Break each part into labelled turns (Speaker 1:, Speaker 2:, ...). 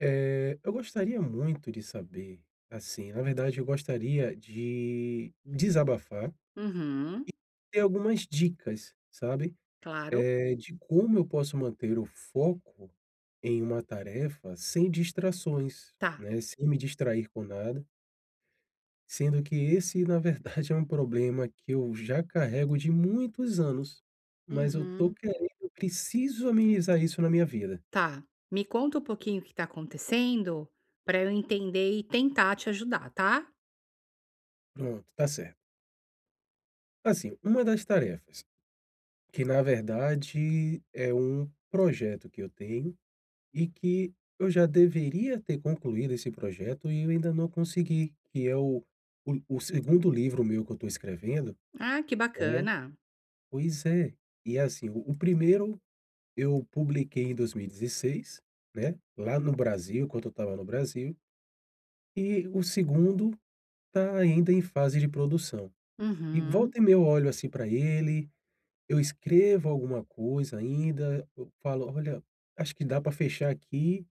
Speaker 1: Eu gostaria muito de saber, assim, na verdade eu gostaria de desabafar,
Speaker 2: Uhum,
Speaker 1: ter algumas dicas, sabe,
Speaker 2: claro.
Speaker 1: de como eu posso manter o foco em uma tarefa sem distrações,
Speaker 2: Tá.
Speaker 1: né, sem me distrair com nada, sendo que esse, na verdade, é um problema que eu já carrego de muitos anos, mas eu tô
Speaker 2: Uhum.
Speaker 1: querendo, preciso amenizar isso na minha vida.
Speaker 2: Tá. Me conta um pouquinho o que tá acontecendo pra eu entender e tentar te ajudar, tá?
Speaker 1: Pronto, tá certo. Assim, uma das tarefas que na verdade é um projeto que eu tenho e que eu já deveria ter concluído esse projeto e eu ainda não consegui, que é o 2º livro meu que eu estou escrevendo,
Speaker 2: Ah, que
Speaker 1: né,
Speaker 2: bacana.
Speaker 1: pois é. E assim, o 1º eu publiquei em 2016, né, lá no Brasil, quando eu estava no Brasil, e o segundo está ainda em fase de produção. E
Speaker 2: Uhum.
Speaker 1: volta e meia eu olho assim para ele. Eu escrevo alguma coisa ainda, eu falo: "Olha, acho que dá para fechar aqui".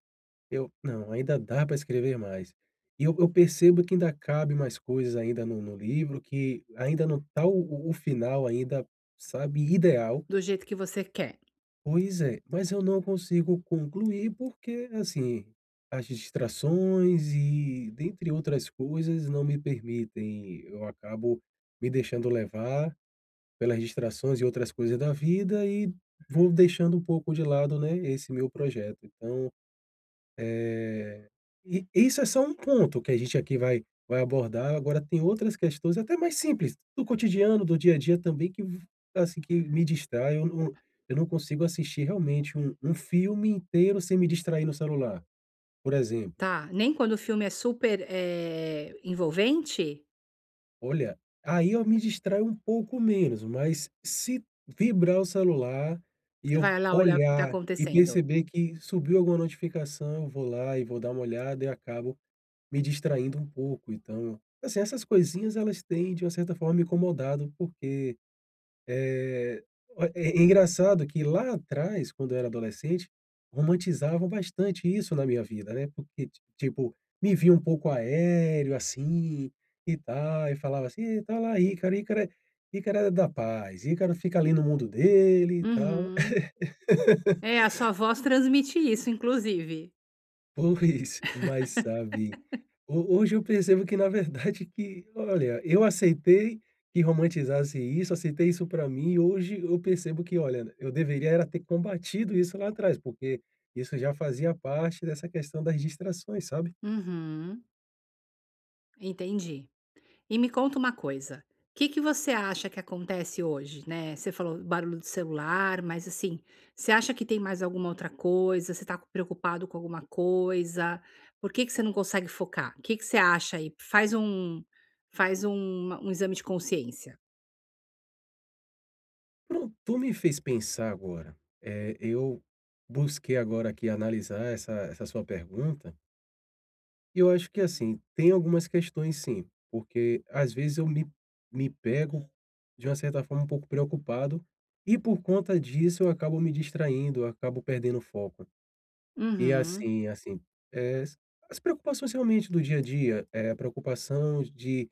Speaker 1: Eu: "Não, ainda dá para escrever mais". E eu percebo que ainda cabe mais coisas ainda no livro, que ainda não tá o final ainda, sabe, ideal.
Speaker 2: Do jeito que você quer,
Speaker 1: Pois é, mas eu não consigo concluir porque, assim, as distrações e dentre outras coisas não me permitem, eu acabo me deixando levar pelas distrações e outras coisas da vida e vou deixando um pouco de lado, né, esse meu projeto. Então, é e isso é só um ponto que a gente aqui vai abordar, agora tem outras questões até mais simples, do cotidiano, do dia a dia também que v assim, que me distrai, eu não consigo assistir realmente um filme inteiro sem me distrair no celular, por exemplo.
Speaker 2: tá. Nem quando o filme é super, envolvente,
Speaker 1: Olha, aí eu me distraio um pouco menos, mas se vibrar o celular e
Speaker 2: você
Speaker 1: eu
Speaker 2: vai lá olhar o que tá
Speaker 1: olhar e
Speaker 2: acontecendo.
Speaker 1: perceber que subiu alguma notificação, eu vou lá e vou dar uma olhada e acabo me distraindo um pouco. Então, assim, essas coisinhas elas têm, de uma certa forma, me incomodado, porque eh, o é engraçado que lá atrás, quando eu era adolescente, romantizavam bastante isso na minha vida, né, porque ti tipo, me via um pouco aéreo, assim, e tal, e falava assim: "Ih, tá lá Ícaro, Ícaro é da paz, Ícaro fica ali no mundo dele e tal".
Speaker 2: Uhum. É, a sua voz transmite isso, inclusive.
Speaker 1: Pois, mas sabe, ho hoje eu percebo que, na verdade, que, olha, eu aceitei que romantizasse isso, aceitei isso pra mim e hoje eu percebo que, olha, eu deveria era ter combatido isso lá atrás, porque isso já fazia parte dessa questão das distrações, sabe.
Speaker 2: Uhum, entendi. E me conta uma coisa, o que que você acha que acontece hoje, né, você falou barulho do celular, mas assim, você acha que tem mais alguma outra coisa, você tá preocupado com alguma coisa, por que que você não consegue focar? O que que você acha aí? Faz um faz um exame de consciência.
Speaker 1: Pronto, tu me fez pensar agora, eu busquei agora aqui analisar essa sua pergunta. Eu acho que, assim, tem algumas questões sim, porque às vezes eu me pego, de uma certa forma, um pouco preocupado, e por conta disso eu acabo me distraindo, eu acabo perdendo o foco. E
Speaker 2: Uhum.
Speaker 1: assim, eh, as preocupações realmente do dia a dia, é a preocupação de,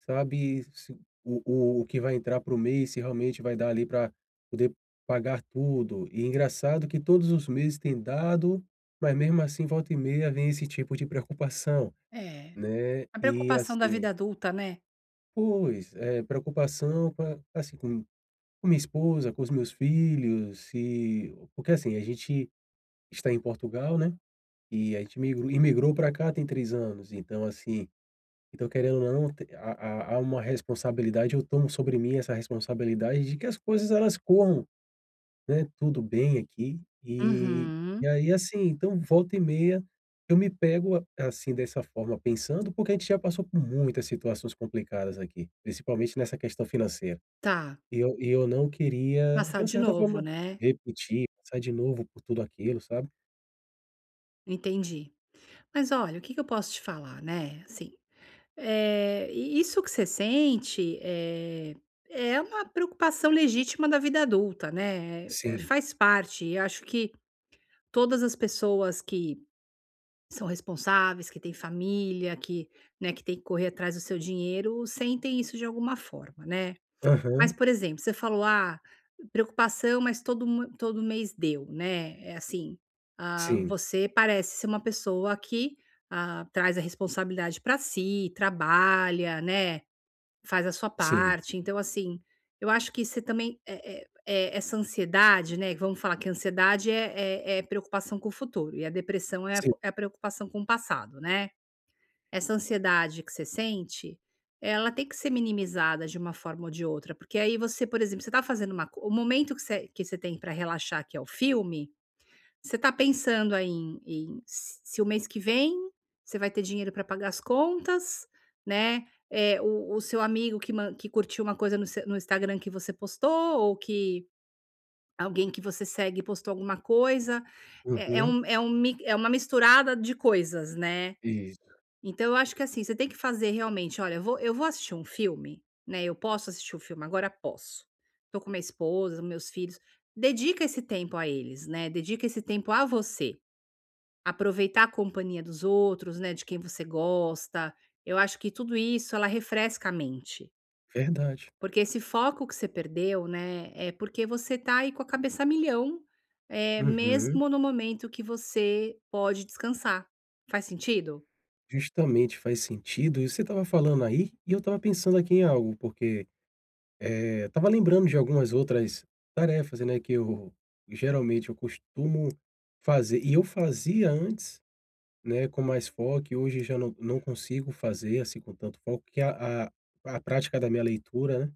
Speaker 1: sabe, se o que vai entrar para o mês, se realmente vai dar ali para poder pagar tudo. E engraçado que todos os meses tem dado, mas mesmo assim volta e meia vem esse tipo de preocupação.
Speaker 2: É.
Speaker 1: Né,
Speaker 2: A
Speaker 1: e
Speaker 2: preocupação da
Speaker 1: assim
Speaker 2: vida adulta, né.
Speaker 1: pois, é preocupação com assim, com minha esposa, com os meus filhos, e porque assim, a gente está em Portugal, né, e a gente migrou imigrou para cá tem 3 anos, então assim, então querendo ou não, te há uma responsabilidade, eu tomo sobre mim essa responsabilidade de que as coisas elas corram, né, tudo bem aqui.
Speaker 2: Uhum.
Speaker 1: E aí, assim, então volta e meia eu me pego a assim, dessa forma pensando, porque a gente já passou por muitas situações complicadas aqui, principalmente nessa questão financeira.
Speaker 2: Tá,
Speaker 1: E eu não queria,
Speaker 2: passar
Speaker 1: de uma
Speaker 2: de
Speaker 1: certa
Speaker 2: novo,
Speaker 1: forma,
Speaker 2: né.
Speaker 1: repetir, passar de novo por tudo aquilo, sabe.
Speaker 2: Entendi. Mas olha, o que que eu posso te falar, né, assim. E isso que você sente, é uma preocupação legítima da vida adulta, né, eh,
Speaker 1: Sim.
Speaker 2: faz parte, e acho que todas as pessoas que são responsáveis, que têm família, que, né, que têm que correr atrás do seu dinheiro, sentem isso de alguma forma, né. Mas,
Speaker 1: Aham.
Speaker 2: por exemplo, você falou: "Ah, preocupação, mas todo mês deu", né, é assim, ah,
Speaker 1: Sim,
Speaker 2: você parece ser uma pessoa que, ah, traz a responsabilidade para si, trabalha, né, faz a sua
Speaker 1: sim,
Speaker 2: parte, então assim, eu acho que você também essa ansiedade, né, vamos falar que a ansiedade é preocupação com o futuro e a depressão é a
Speaker 1: sim.
Speaker 2: é a preocupação com o passado, né. Essa ansiedade que você sente, ela tem que ser minimizada de uma forma ou de outra, porque aí você, por exemplo, você tá fazendo uma co o momento que você tem para relaxar, que é o filme, você está pensando aí em se o mês que vem você vai ter dinheiro para pagar as contas, né, eh, o seu amigo que curtiu uma coisa no Instagram que você postou ou que alguém que você segue postou alguma coisa, é
Speaker 1: Uhum.
Speaker 2: é um mi é uma misturada de coisas, né.
Speaker 1: Isso,
Speaker 2: Então eu acho que, assim, você tem que fazer realmente: "Olha, eu vou assistir um filme, né, eu posso assistir o filme? Agora posso. Tô com minha esposa, meus filhos", dedica esse tempo a eles, né, dedica esse tempo a você. Aproveitar a companhia dos outros, né, de quem você gosta, eu acho que tudo isso ela refresca a mente,
Speaker 1: verdade.
Speaker 2: porque esse foco que você perdeu, né, é porque você tá aí com a cabeça a milhão, é
Speaker 1: Uhum.
Speaker 2: mesmo no momento que você pode descansar. Faz sentido?
Speaker 1: Justamente, faz sentido. E você estava falando aí, e eu estava pensando aqui em algo, porque estava lembrando de algumas outras tarefas, né, que eu geralmente eu costumo fazer e eu fazia antes, né, com mais foco e hoje já não consigo fazer, assim, com tanto foco, que é a prática da minha leitura, né,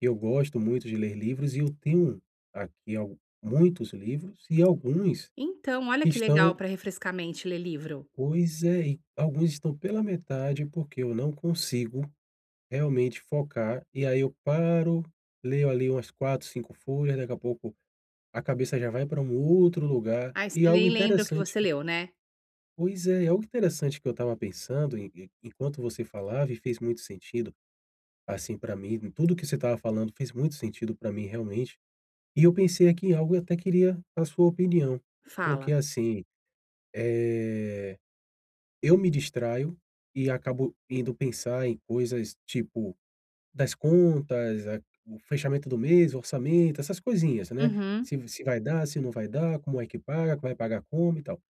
Speaker 1: eu gosto muito de ler livros e eu tenho aqui algu muitos livros e alguns
Speaker 2: Então, olha
Speaker 1: que
Speaker 2: que legal
Speaker 1: estão,
Speaker 2: para refrescar a mente ler livro.
Speaker 1: pois é, e alguns estão pela metade, porque eu não consigo realmente focar, e aí eu paro, leio ali umas 4 5 folhas, daqui a pouco a cabeça já vai para um outro lugar,
Speaker 2: Aí você
Speaker 1: e algo
Speaker 2: lê, lembra o que
Speaker 1: interessante,
Speaker 2: você leu, né?
Speaker 1: pois é, algo interessante que eu estava pensando em enquanto você falava e fez muito sentido, assim, para mim, tudo que você estava falando fez muito sentido para mim realmente, e eu pensei aqui em algo e até queria a sua opinião,
Speaker 2: Fala.
Speaker 1: porque assim, eu me distraio e acabo indo pensar em coisas tipo das contas, a o fechamento do mês, o orçamento, essas coisinhas, né.
Speaker 2: Uhum,
Speaker 1: Se se vai dar, se não vai dar, como é que paga, vai pagar como e tal.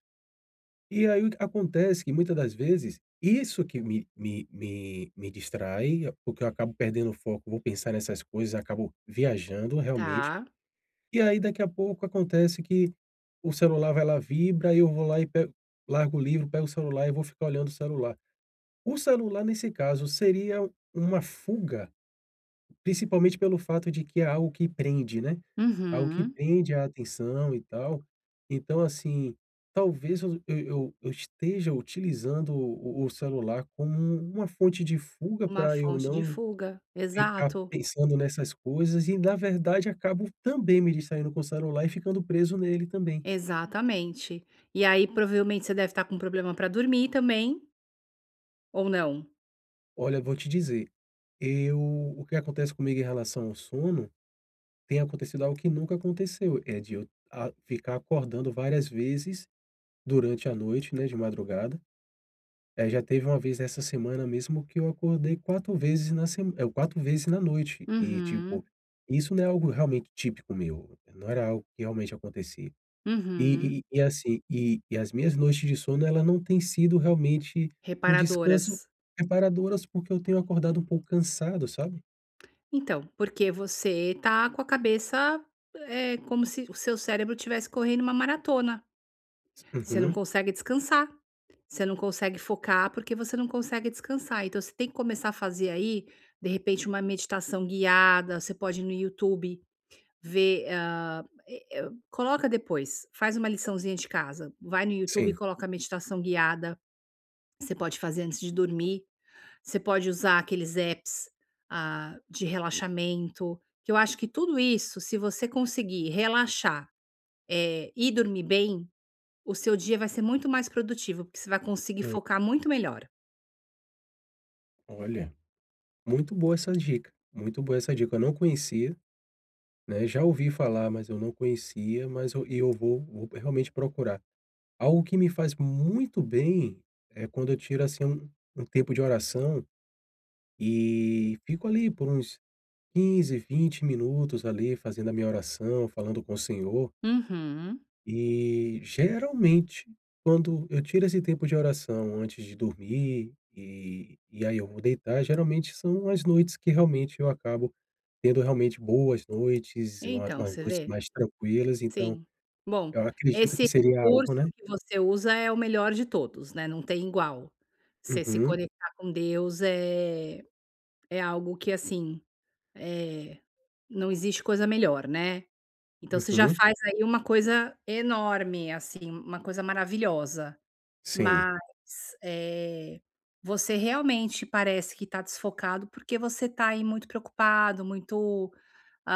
Speaker 1: E aí o que acontece que muitas das vezes, isso que me distrai, porque eu acabo perdendo o foco, vou pensar nessas coisas, acabo viajando realmente,
Speaker 2: tá.
Speaker 1: e aí daqui a pouco acontece que o celular vai lá, vibra, eu vou lá e pego, largo o livro, pego o celular e vou ficar olhando o celular. O celular nesse caso seria uma fuga, principalmente pelo fato de que é algo que prende, né, algo que
Speaker 2: Uhum.
Speaker 1: prende a atenção e tal. Então, assim, talvez eu esteja utilizando o celular como uma fonte de fuga
Speaker 2: Uma
Speaker 1: para eu
Speaker 2: fonte de
Speaker 1: não
Speaker 2: fuga,
Speaker 1: ficar
Speaker 2: exato.
Speaker 1: pensando nessas coisas e, na verdade, acabo também me distraindo com o celular e ficando preso nele também.
Speaker 2: Exatamente. E aí provavelmente você deve estar com problema para dormir também, ou não?
Speaker 1: Olha, vou te dizer, eu o que acontece comigo em relação ao sono, tem acontecido algo que nunca aconteceu, é de eu a ficar acordando várias vezes durante a noite, né, de madrugada. Já teve uma vez essa semana mesmo que eu acordei 4 vezes na noite e,
Speaker 2: Uhum,
Speaker 1: tipo, isso não é algo realmente típico meu, não era algo que realmente acontecia.
Speaker 2: uhum.
Speaker 1: E assim, as minhas noites de sono, ela não tem sido realmente um descanso,
Speaker 2: Reparadoras.
Speaker 1: reparadoras, porque eu tenho acordado um pouco cansado, sabe.
Speaker 2: Então, porque você tá com a cabeça, é como se o seu cérebro estivesse correndo uma maratona. Você não
Speaker 1: Uhum,
Speaker 2: consegue descansar, você não consegue focar porque você não consegue descansar. Então você tem que começar a fazer aí, de repente, uma meditação guiada, você pode ir no YouTube. Vê, hã, e eu coloca depois, faz uma liçãozinha de casa, vai no YouTube e
Speaker 1: sim.
Speaker 2: coloca a meditação guiada, você pode fazer antes de dormir, você pode usar aqueles apps, ah, de relaxamento, que eu acho que tudo isso, se você conseguir relaxar, e dormir bem, o seu dia vai ser muito mais produtivo, porque você vai conseguir
Speaker 1: Hum,
Speaker 2: focar muito melhor.
Speaker 1: olha, muito boa essa dica, muito boa essa dica, eu não conhecia. Né, já ouvi falar, mas eu não conhecia, mas eu vou realmente procurar. Algo que me faz muito bem é quando eu tiro, assim, um tempo de oração e fico ali por uns 15 20 minutos ali fazendo a minha oração, falando com o Senhor.
Speaker 2: Uhum.
Speaker 1: E, geralmente, quando eu tiro esse tempo de oração antes de dormir, aí eu vou deitar, geralmente são as noites que realmente eu acabo tendo realmente boas noites, uma
Speaker 2: Então,
Speaker 1: umas
Speaker 2: você
Speaker 1: noites
Speaker 2: vê?
Speaker 1: mais tranquilas, então
Speaker 2: Sim. Bom,
Speaker 1: eu acredito que
Speaker 2: esse
Speaker 1: seria
Speaker 2: recurso
Speaker 1: algo, né.
Speaker 2: que você usa é o melhor de todos, né, não tem igual. Você se
Speaker 1: Uhum,
Speaker 2: conectar com Deus é é algo que, assim, eh, não existe coisa melhor, né. Então você já
Speaker 1: uhum.
Speaker 2: faz aí uma coisa enorme, assim, uma coisa maravilhosa.
Speaker 1: Sim,
Speaker 2: Mas, eh, você realmente parece que está desfocado, porque você está aí muito preocupado, muito,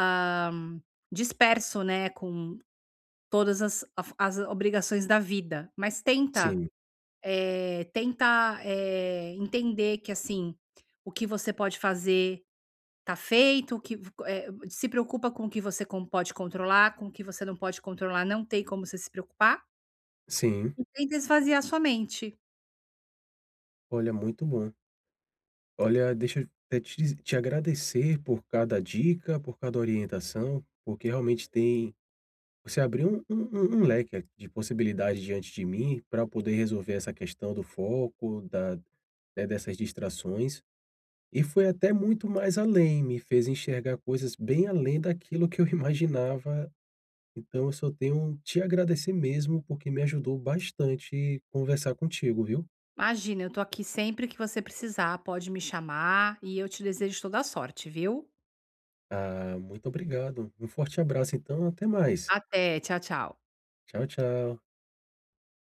Speaker 2: hã, disperso, né, com todas as af as obrigações da vida, mas tenta,
Speaker 1: sim,
Speaker 2: tenta, entender que, assim, o que você pode fazer tá feito, o que se preocupa com o que você com pode controlar, com o que você não pode controlar, não tem como você se preocupar,
Speaker 1: sim.
Speaker 2: e tenta esvaziar sua mente.
Speaker 1: Olha, muito bom. Olha, deixa eu até te dizer, te agradecer por cada dica, por cada orientação, porque realmente tem, você abriu um leque de possibilidades diante de mim para poder resolver essa questão do foco, da, né, dessas distrações, e foi até muito mais além, me fez enxergar coisas bem além daquilo que eu imaginava. Então eu só tenho te agradecer mesmo, porque me ajudou bastante conversar contigo, viu.
Speaker 2: Imagina, eu tô aqui sempre que você precisar, pode me chamar e eu te desejo toda a sorte, viu.
Speaker 1: Ah, muito obrigado. Um forte abraço então, até mais.
Speaker 2: Até, tchau, tchau.
Speaker 1: Tchau, tchau.